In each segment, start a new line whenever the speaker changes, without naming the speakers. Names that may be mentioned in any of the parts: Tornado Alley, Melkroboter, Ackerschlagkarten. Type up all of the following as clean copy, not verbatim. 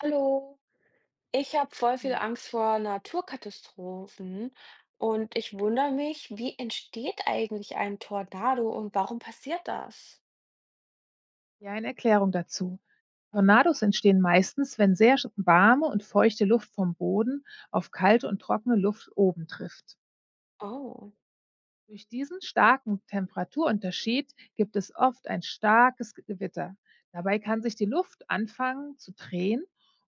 Hallo, ich habe voll viel
Ja.
Angst vor Naturkatastrophen und ich wundere mich, wie entsteht eigentlich ein Tornado und warum passiert das?
Ja, eine Erklärung dazu. Tornados entstehen meistens, wenn warme und feuchte Luft vom Boden auf kalte und trockene Luft oben trifft.
Oh,
Durch diesen starken Temperaturunterschied gibt es oft ein starkes Gewitter. Dabei kann sich die Luft anfangen zu drehen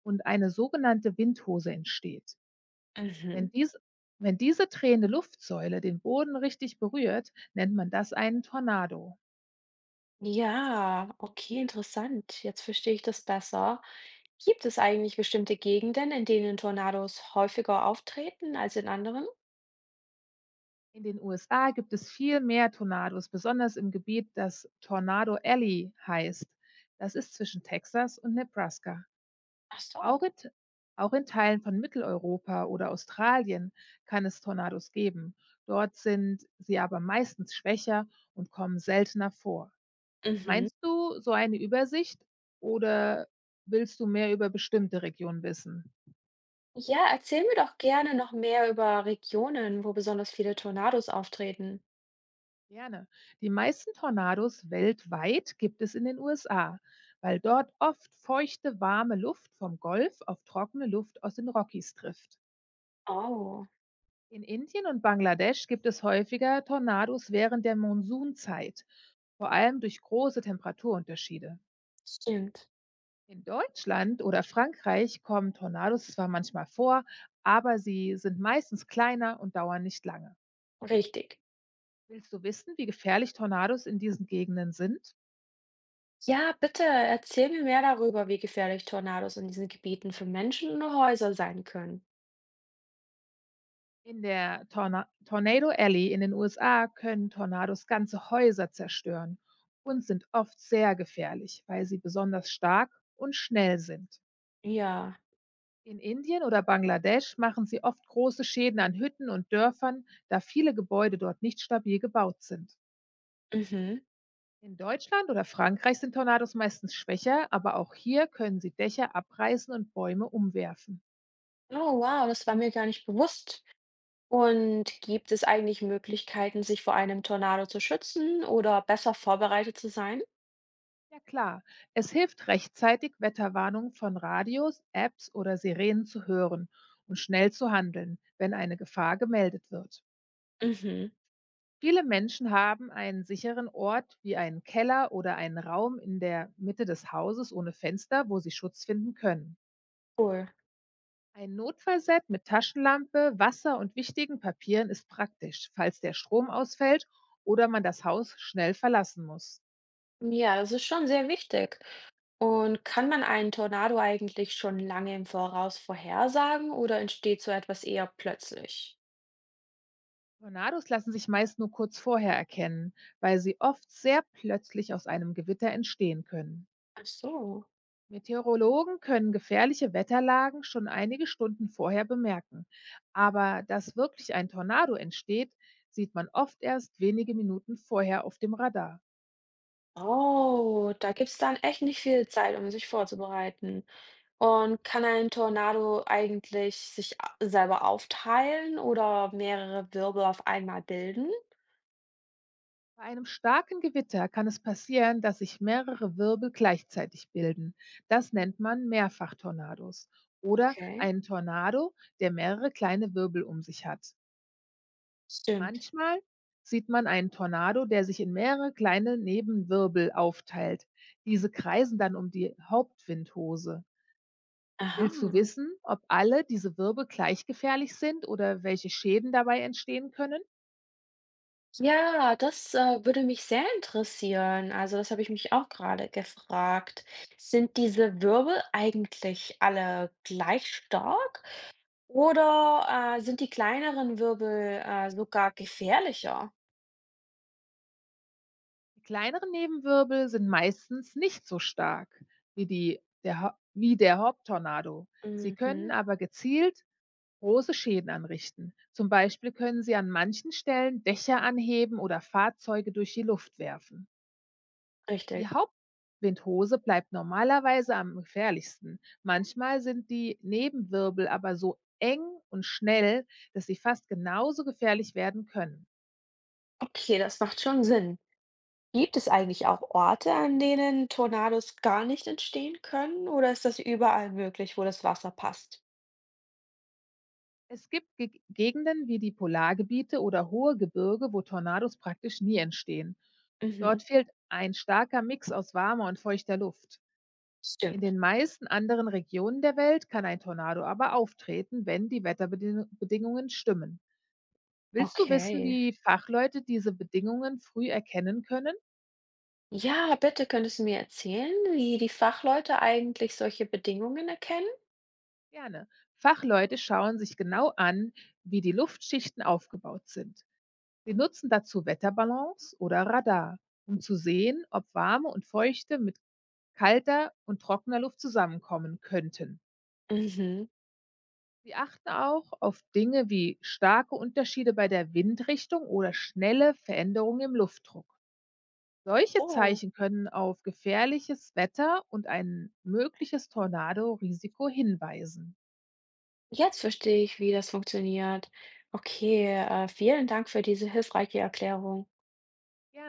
und eine sogenannte Windhose entsteht. Wenn,
mhm.
dies, wenn diese drehende Luftsäule den Boden richtig berührt, nennt man das einen Tornado.
Ja, okay, interessant. Jetzt verstehe ich das besser. Gibt es eigentlich bestimmte Gegenden, in denen Tornados häufiger auftreten als in anderen?
In den USA gibt es viel mehr Tornados, besonders im Gebiet, das Tornado Alley heißt. Das ist zwischen Texas und Nebraska.
Ach so.
Auch in, auch in Teilen von Mitteleuropa oder Australien kann es Tornados geben. Dort sind sie aber meistens schwächer und kommen seltener vor.
Mhm.
Meinst du so eine Übersicht oder willst du mehr über bestimmte Regionen wissen?
Ja, erzähl mir doch gerne noch mehr über Regionen, wo besonders viele Tornados auftreten.
Gerne. Die meisten Tornados weltweit gibt es in den USA, weil dort oft feuchte, warme Luft vom Golf auf trockene Luft aus den Rockies trifft.
Oh,
In Indien und Bangladesch gibt es häufiger Tornados während der Monsunzeit, vor allem durch große Temperaturunterschiede.
stimmt.
In Deutschland oder Frankreich kommen Tornados zwar manchmal vor, aber sie sind meistens kleiner und dauern nicht lange.
Richtig.
Willst du wissen, wie gefährlich Tornados in diesen Gegenden sind?
Ja, bitte erzähl mir mehr darüber, wie gefährlich Tornados in diesen Gebieten für Menschen und Häuser sein können.
In der Tornado Alley in den USA können Tornados ganze Häuser zerstören und sind oft sehr gefährlich, weil sie besonders stark und schnell sind.
Ja,
In Indien oder Bangladesch machen sie oft große Schäden an Hütten und Dörfern, da viele Gebäude dort nicht stabil gebaut sind.
mhm.
In Deutschland oder Frankreich sind Tornados meistens schwächer, aber auch hier können sie Dächer abreißen und Bäume umwerfen.
Oh, wow, das war mir gar nicht bewusst. Und gibt es eigentlich Möglichkeiten, sich vor einem Tornado zu schützen oder besser vorbereitet zu sein?
Ja klar, es hilft rechtzeitig, Wetterwarnungen von Radios, Apps oder Sirenen zu hören und schnell zu handeln, wenn eine Gefahr gemeldet wird.
Mhm.
Viele Menschen haben einen sicheren Ort wie einen Keller oder einen Raum in der Mitte des Hauses ohne Fenster, wo sie Schutz finden können.
Cool.
Ein Notfallset mit Taschenlampe, Wasser und wichtigen Papieren ist praktisch, falls der Strom ausfällt oder man das Haus schnell verlassen muss.
Ja, das ist schon sehr wichtig. Und kann man einen Tornado eigentlich schon lange im Voraus vorhersagen oder entsteht so etwas eher plötzlich?
Tornados lassen sich meist nur kurz vorher erkennen, weil sie oft sehr plötzlich aus einem Gewitter entstehen können.
Ach so.
Meteorologen können gefährliche Wetterlagen schon einige Stunden vorher bemerken, aber dass wirklich ein Tornado entsteht, sieht man oft erst wenige Minuten vorher auf dem Radar.
Oh, da gibt's dann echt nicht viel Zeit, um sich vorzubereiten. Und kann ein Tornado eigentlich sich selber aufteilen oder mehrere Wirbel auf einmal bilden?
Bei einem starken Gewitter kann es passieren, dass sich mehrere Wirbel gleichzeitig bilden. Das nennt man Mehrfachtornados oder
Okay,
einen Tornado, der mehrere kleine Wirbel um sich hat.
stimmt.
Manchmal sieht man einen Tornado, der sich in mehrere kleine Nebenwirbel aufteilt. Diese kreisen dann um die Hauptwindhose.
Aha.
Willst du wissen, ob alle diese Wirbel gleich gefährlich sind oder welche Schäden dabei entstehen können?
Ja, das würde mich sehr interessieren. Also das habe ich mich auch gerade gefragt. Sind diese Wirbel eigentlich alle gleich stark oder sind die kleineren Wirbel sogar gefährlicher?
Die kleineren Nebenwirbel sind meistens nicht so stark wie der Haupttornado. Sie können
Mhm,
aber gezielt große Schäden anrichten. Zum Beispiel können sie an manchen Stellen Dächer anheben oder Fahrzeuge durch die Luft werfen. Die
richtig.
Hauptwindhose bleibt normalerweise am gefährlichsten. Manchmal sind die Nebenwirbel aber so eng und schnell, dass sie fast genauso gefährlich werden können.
Okay, das macht schon Sinn. Gibt es eigentlich auch Orte, an denen Tornados gar nicht entstehen können, oder ist das überall möglich, wo das Wasser passt?
Es gibt Ge Gegenden wie die Polargebiete oder hohe Gebirge, wo Tornados praktisch nie entstehen.
Mhm,
Dort fehlt ein starker Mix aus warmer und feuchter Luft. In
stimmt.
den meisten anderen Regionen der Welt kann ein Tornado aber auftreten, wenn die Wetterbedingungen stimmen. Willst du wissen,
Okay.
wie Fachleute diese Bedingungen früh erkennen können?
Ja, bitte könntest du mir erzählen, wie die Fachleute eigentlich solche Bedingungen erkennen?
Gerne. Fachleute schauen sich genau an, wie die Luftschichten aufgebaut sind. Sie nutzen dazu Wetterbalance oder Radar, um zu sehen, ob warme und feuchte mit kalter und trockener Luft zusammenkommen könnten.
Mhm.
Sie achten auch auf Dinge wie starke Unterschiede bei der Windrichtung oder schnelle Veränderungen im Luftdruck. Solche
Oh,
Zeichen können auf gefährliches Wetter und ein mögliches Tornado-Risiko hinweisen.
jetzt verstehe ich, wie das funktioniert. Okay, vielen Dank für diese hilfreiche Erklärung.